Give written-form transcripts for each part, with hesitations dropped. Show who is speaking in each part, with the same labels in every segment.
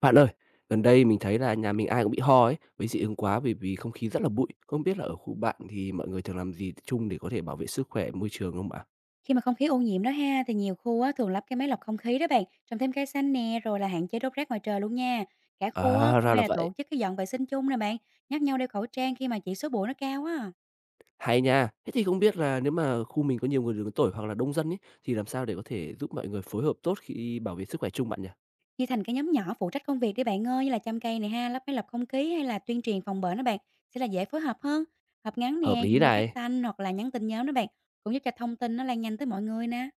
Speaker 1: Bạn ơi, gần đây mình thấy là nhà mình ai cũng bị ho ấy, với dị ứng quá vì vì không khí rất là bụi. Không biết là ở khu bạn thì mọi người thường làm gì chung để có thể bảo vệ sức khỏe môi trường không ạ?
Speaker 2: Khi mà không khí ô nhiễm đó ha thì nhiều khu á, thường lắp cái máy lọc không khí đó bạn, trồng thêm cây xanh nè, rồi là hạn chế đốt rác ngoài trời luôn nha. Cả khu á,
Speaker 1: À,
Speaker 2: cũng
Speaker 1: ra là
Speaker 2: hay là
Speaker 1: vậy.
Speaker 2: tổ chức cái dọn vệ sinh chung nè bạn, nhắc nhau đeo khẩu trang khi mà chỉ số bụi nó cao á.
Speaker 1: Hay nha. Thế thì không biết là nếu mà khu mình có nhiều người lớn tuổi hoặc là đông dân ấy thì làm sao để có thể giúp mọi người phối hợp tốt khi bảo vệ sức khỏe chung bạn nhỉ?
Speaker 2: Chia thành cái nhóm nhỏ phụ trách công việc đi bạn ơi, như là chăm cây này ha, lắp máy lọc không khí hay là tuyên truyền phòng bệnh đó bạn, sẽ là dễ phối hợp hơn. Họp ngắn
Speaker 1: Hợp
Speaker 2: nè,
Speaker 1: lý
Speaker 2: dùng loa phát
Speaker 1: này.
Speaker 2: thanh hoặc là nhắn tin nhóm đó bạn, cũng giúp cho thông tin nó lan nhanh tới mọi người nè.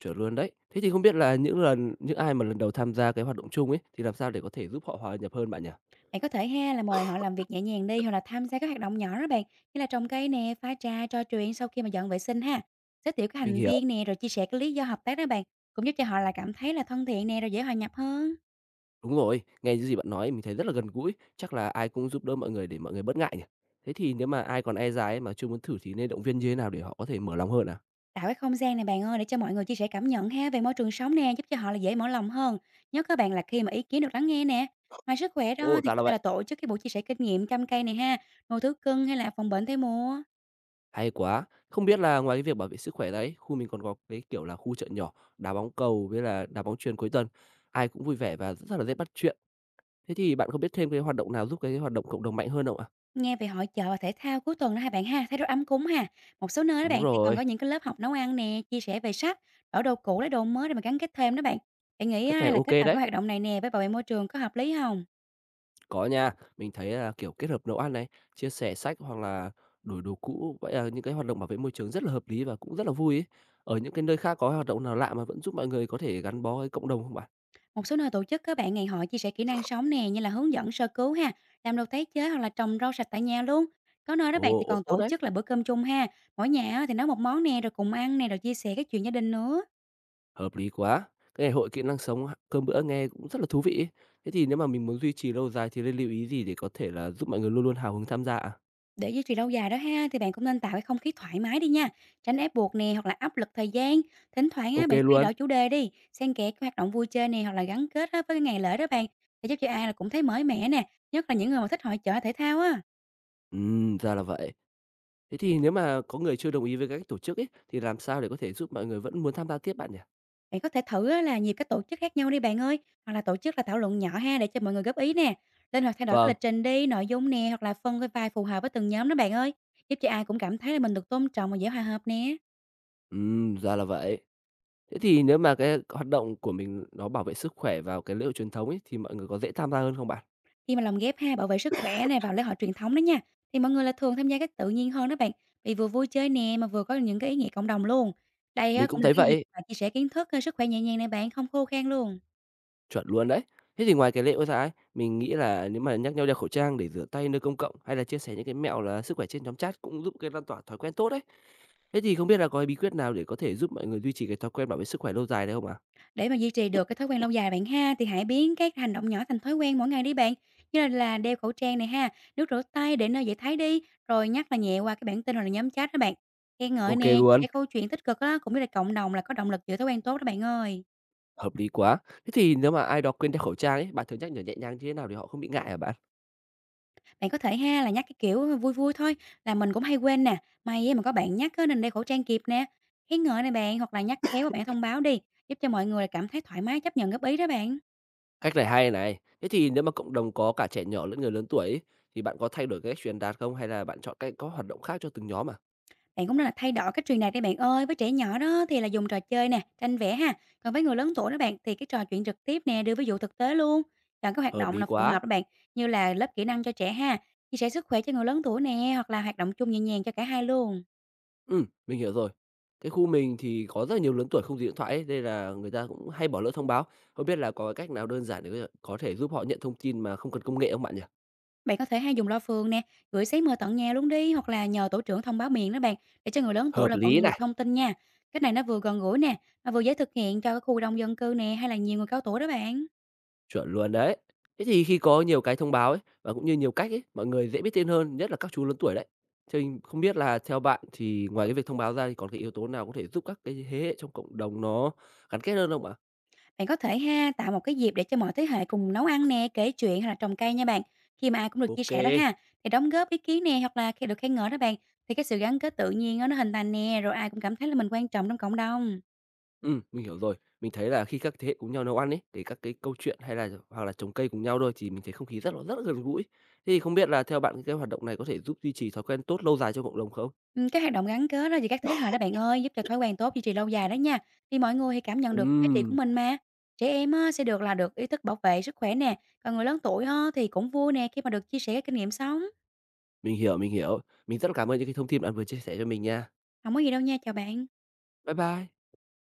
Speaker 1: Chuẩn luôn đấy. Thế thì không biết là những ai mà lần đầu tham gia cái hoạt động chung ấy thì làm sao để có thể giúp họ hòa nhập hơn bạn nhỉ?
Speaker 2: Bạn có thể ha là mời họ làm việc nhẹ nhàng đi hoặc là tham gia các hoạt động nhỏ đó bạn, như là trồng cây nè, pha trà, trò chuyện sau khi mà dọn vệ sinh ha. Giới thiệu các
Speaker 1: Mình
Speaker 2: thành
Speaker 1: hiểu.
Speaker 2: viên nè rồi chia sẻ cái lý do hợp tác đó bạn, cũng giúp cho họ là cảm thấy là thân thiện nè rồi dễ hòa nhập hơn.
Speaker 1: Đúng rồi, nghe những gì bạn nói mình thấy rất là gần gũi, chắc là ai cũng giúp đỡ mọi người để mọi người bớt ngại nhỉ? Thế thì nếu mà ai còn e dè ấy mà chưa muốn thử thì nên động viên như thế nào để họ có thể mở lòng hơn à?
Speaker 2: Tạo cái không gian này bạn ơi để cho mọi người chia sẻ cảm nhận ha về môi trường sống nè, giúp cho họ là dễ mở lòng hơn. Nhớ các bạn là khi mà ý kiến được lắng nghe nè. Ngoài sức khỏe
Speaker 1: Ồ,
Speaker 2: đó thì
Speaker 1: ra
Speaker 2: có
Speaker 1: là
Speaker 2: thể
Speaker 1: vậy.
Speaker 2: là tổ chức cái buổi chia sẻ kinh nghiệm chăm cây này ha, nuôi thú cưng hay là phòng bệnh theo mùa.
Speaker 1: Hay quá. Không biết là ngoài cái việc bảo vệ sức khỏe đấy, khu mình còn có cái kiểu là khu chợ nhỏ, đá bóng cầu với là đá bóng chuyền cuối tuần, ai cũng vui vẻ và rất là dễ bắt chuyện. Thế thì bạn có biết thêm cái hoạt động nào giúp cái hoạt động cộng đồng mạnh hơn không ạ?
Speaker 2: Nghe về hội chợ và thể thao cuối tuần đó hai bạn ha, thấy rất ấm cúng ha. Một số nơi đó
Speaker 1: Đúng
Speaker 2: bạn thì còn
Speaker 1: rồi,
Speaker 2: có những cái lớp học nấu ăn nè, chia sẻ về sách, đổi đồ cũ lấy đồ mới để mà gắn kết thêm đó bạn. Bạn nghĩ
Speaker 1: cách này
Speaker 2: á, là
Speaker 1: ok
Speaker 2: kết hợp
Speaker 1: đấy.
Speaker 2: cái hoạt động này nè với bảo vệ môi trường có hợp lý không?
Speaker 1: Có nha, mình thấy là, kiểu, kết hợp nấu ăn này, chia sẻ sách hoặc là đổi đồ cũ, vậy là những cái hoạt động bảo vệ môi trường rất là hợp lý và cũng rất là vui ấy. Ở những cái nơi khác có hoạt động nào lạ mà vẫn giúp mọi người có thể gắn bó với cộng đồng không bạn?
Speaker 2: Một số nơi tổ chức các bạn ngày hội chia sẻ kỹ năng sống nè như là hướng dẫn sơ cứu ha, làm đồ tái chế hoặc là trồng rau sạch tại nhà luôn. Có nơi đó bạn
Speaker 1: Ồ,
Speaker 2: thì
Speaker 1: ồ,
Speaker 2: còn
Speaker 1: tốt
Speaker 2: tổ
Speaker 1: đấy,
Speaker 2: chức là bữa cơm chung ha, mỗi nhà á thì nấu một món nè rồi cùng ăn nè rồi chia sẻ các chuyện gia đình nữa.
Speaker 1: hợp lý quá. Cái ngày hội kỹ năng sống h cơm bữa nghe cũng rất là thú vị ấy. Thế thì nếu mà mình muốn duy trì lâu dài thì nên lưu ý gì để có thể là giúp mọi người luôn luôn hào hứng tham gia à?
Speaker 2: Để duy trì lâu dài đó ha, thì bạn cũng nên tạo cái không khí thoải mái đi nha, tránh ép buộc nè hoặc là áp lực thời gian. Thỉnh thoảng
Speaker 1: Ô
Speaker 2: á, bạn thay
Speaker 1: luôn.
Speaker 2: đổi chủ đề đi, xen kẽ cái hoạt động vui chơi nè hoặc là gắn kết á, với cái ngày lễ đó bạn, để giúp cho ai là cũng thấy mới mẻ nè, nhất là những người mà thích hội chợ thể thao á.
Speaker 1: Ra là vậy. Thế thì nếu mà có người chưa đồng ý với cách tổ chức ấy, thì làm sao để có thể giúp mọi người vẫn muốn tham gia tiếp bạn nhỉ?
Speaker 2: Bạn có thể thử á, là nhiều cái tổ chức khác nhau đi bạn ơi, hoặc là tổ chức là thảo luận nhỏ ha để cho mọi người góp ý nè. Lên hoặc thay đổi cái
Speaker 1: Vâng.
Speaker 2: lịch trình đi, nội dung nè hoặc là phân cái vai phù hợp với từng nhóm đó bạn ơi, giúp cho ai cũng cảm thấy là mình được tôn trọng và dễ hòa hợp nè.
Speaker 1: Ra là vậy. Thế thì nếu mà cái hoạt động của mình nó bảo vệ sức khỏe vào cái lễ hội truyền thống ấy, thì mọi người có dễ tham gia hơn không bạn?
Speaker 2: Khi mà lồng ghép ha, bảo vệ sức khỏe này vào lễ hội truyền thống đó nha, thì mọi người là thường tham gia cách tự nhiên hơn đó bạn, vì vừa vui chơi nè mà vừa có những cái ý nghĩa cộng đồng luôn. Đây
Speaker 1: Mình
Speaker 2: á,
Speaker 1: cũng
Speaker 2: cũng là
Speaker 1: thấy
Speaker 2: cái
Speaker 1: vậy
Speaker 2: dịp
Speaker 1: ấy,
Speaker 2: mà chia sẻ kiến thức sức khỏe nhẹ nhàng này bạn, không khô khan luôn.
Speaker 1: chuẩn luôn đấy. Thế thì ngoài cái lễ hội ra ấy, mình nghĩ là nếu mà nhắc nhau đeo khẩu trang để rửa tay nơi công cộng hay là chia sẻ những cái mẹo là sức khỏe trên nhóm chat cũng giúp cái lan tỏa thói quen tốt đấy. Thế thì không biết là có bí quyết nào để có thể giúp mọi người duy trì cái thói quen bảo vệ sức khỏe lâu dài đấy không ạ?
Speaker 2: Để mà duy trì được cái thói quen lâu dài bạn ha, thì hãy biến các hành động nhỏ thành thói quen mỗi ngày đi bạn. Như là đeo khẩu trang này ha, nước rửa tay để nơi dễ thấy đi, rồi nhắc là nhẹ qua cái bản tin hoặc là nhóm chat đó bạn. Khen ngợi
Speaker 1: OK
Speaker 2: nè, chia
Speaker 1: luôn,
Speaker 2: sẻ câu chuyện tích cực á, cũng như là cộng đồng là có động lực giữ thói quen tốt đó bạn ơi.
Speaker 1: hợp lý quá. Thế thì nếu mà ai đó quên đeo khẩu trang ấy, bạn thường nhắc nhở nhẹ nhàng như thế nào để họ không bị ngại hả bạn?
Speaker 2: Bạn có thể ha là nhắc cái kiểu vui vui thôi, là mình cũng hay quên nè, "May á mà có bạn nhắc á nên đeo khẩu trang kịp nè." Khen ngợi này bạn, hoặc là nhắc khéo và bạn thông báo đi, giúp cho mọi người là cảm thấy thoải mái chấp nhận góp ý đó bạn.
Speaker 1: Cách này hay này. Thế thì nếu mà cộng đồng có cả trẻ nhỏ lẫn người lớn tuổi ấy, thì bạn có thay đổi cái cách truyền đạt không? Hay là bạn chọn cách có hoạt động khác cho từng nhóm à?
Speaker 2: Bạn cũng nên là thay đổi cách truyền đạt đi bạn ơi, với trẻ nhỏ đó thì là dùng trò chơi nè, tranh vẽ ha, còn với người lớn tuổi đó bạn thì cái trò chuyện trực tiếp nè, đưa ví dụ thực tế luôn. Chọn cái hoạt
Speaker 1: Hợp
Speaker 2: động
Speaker 1: lý
Speaker 2: là phù
Speaker 1: quá.
Speaker 2: hợp đó bạn, như là lớp kỹ năng cho trẻ ha, chia sẻ sức khỏe cho người lớn tuổi nè, hoặc là hoạt động chung nhẹ nhàng cho cả hai luôn.
Speaker 1: Mình hiểu rồi. Cái khu mình thì có rất là nhiều lớn tuổi không dùng điện thoại ấy, nên là người ta cũng hay bỏ lỡ thông báo. Không biết là có cái cách nào đơn giản để có thể giúp họ nhận thông tin mà không cần công nghệ không bạn nhỉ?
Speaker 2: Bạn có thể hay dùng loa phường nè, gửi giấy mời tận nhà luôn đi hoặc là nhờ tổ trưởng thông báo miệng đó bạn để cho người lớn tuổi
Speaker 1: Hợp
Speaker 2: là vẫn
Speaker 1: lý
Speaker 2: nhận được
Speaker 1: này.
Speaker 2: thông tin nha. Cách này nó vừa gần gũi nè, mà vừa dễ thực hiện cho cái khu đông dân cư nè hay là nhiều người cao tuổi đó bạn.
Speaker 1: Chuẩn luôn đấy. Thế thì khi có nhiều cái thông báo ấy, và cũng như nhiều cách ấy, mọi người dễ biết tin hơn, nhất là các chú lớn tuổi đấy. Thế thì không biết là theo bạn thì ngoài cái việc thông báo ra thì còn cái yếu tố nào có thể giúp các cái thế hệ trong cộng đồng nó gắn kết hơn không ạ?
Speaker 2: Bạn có thể ha tạo một cái dịp để cho mọi thế hệ cùng nấu ăn nè, kể chuyện hay là trồng cây nha bạn. Khi mà ai cũng được
Speaker 1: Ok,
Speaker 2: chia sẻ đó
Speaker 1: kê,
Speaker 2: ha, thì đóng góp ý kiến nè hoặc là khi được khen ngợi đó bạn thì cái sự gắn kết tự nhiên á, nó hình thành nè rồi ai cũng cảm thấy là mình quan trọng trong cộng đồng.
Speaker 1: mình hiểu rồi. Mình thấy là khi các thế hệ cùng nhau nấu ăn ấy, thì các cái câu chuyện hay là hoặc là trồng cây cùng nhau thôi thì mình thấy không khí rất là gần gũi. Thế thì không biết là theo bạn cái hoạt động này có thể giúp duy trì thói quen tốt lâu dài cho cộng đồng không?
Speaker 2: Cái hoạt động gắn kết đó giữa các thế hệ đó bạn ơi, giúp cho thói quen tốt duy trì lâu dài đó nha. Thì mọi người thì cảm nhận được cái giá trị của
Speaker 1: Ừm,
Speaker 2: mình mà. Trẻ em á, sẽ được là được ý thức bảo vệ sức khỏe nè, còn người lớn tuổi á, thì cũng vui nè khi mà được chia sẻ cái kinh nghiệm sống.
Speaker 1: mình hiểu, mình hiểu. Mình rất là cảm ơn những cái thông tin bạn vừa chia sẻ cho mình nha.
Speaker 2: Không có gì đâu nha, chào bạn.
Speaker 1: Bye bye.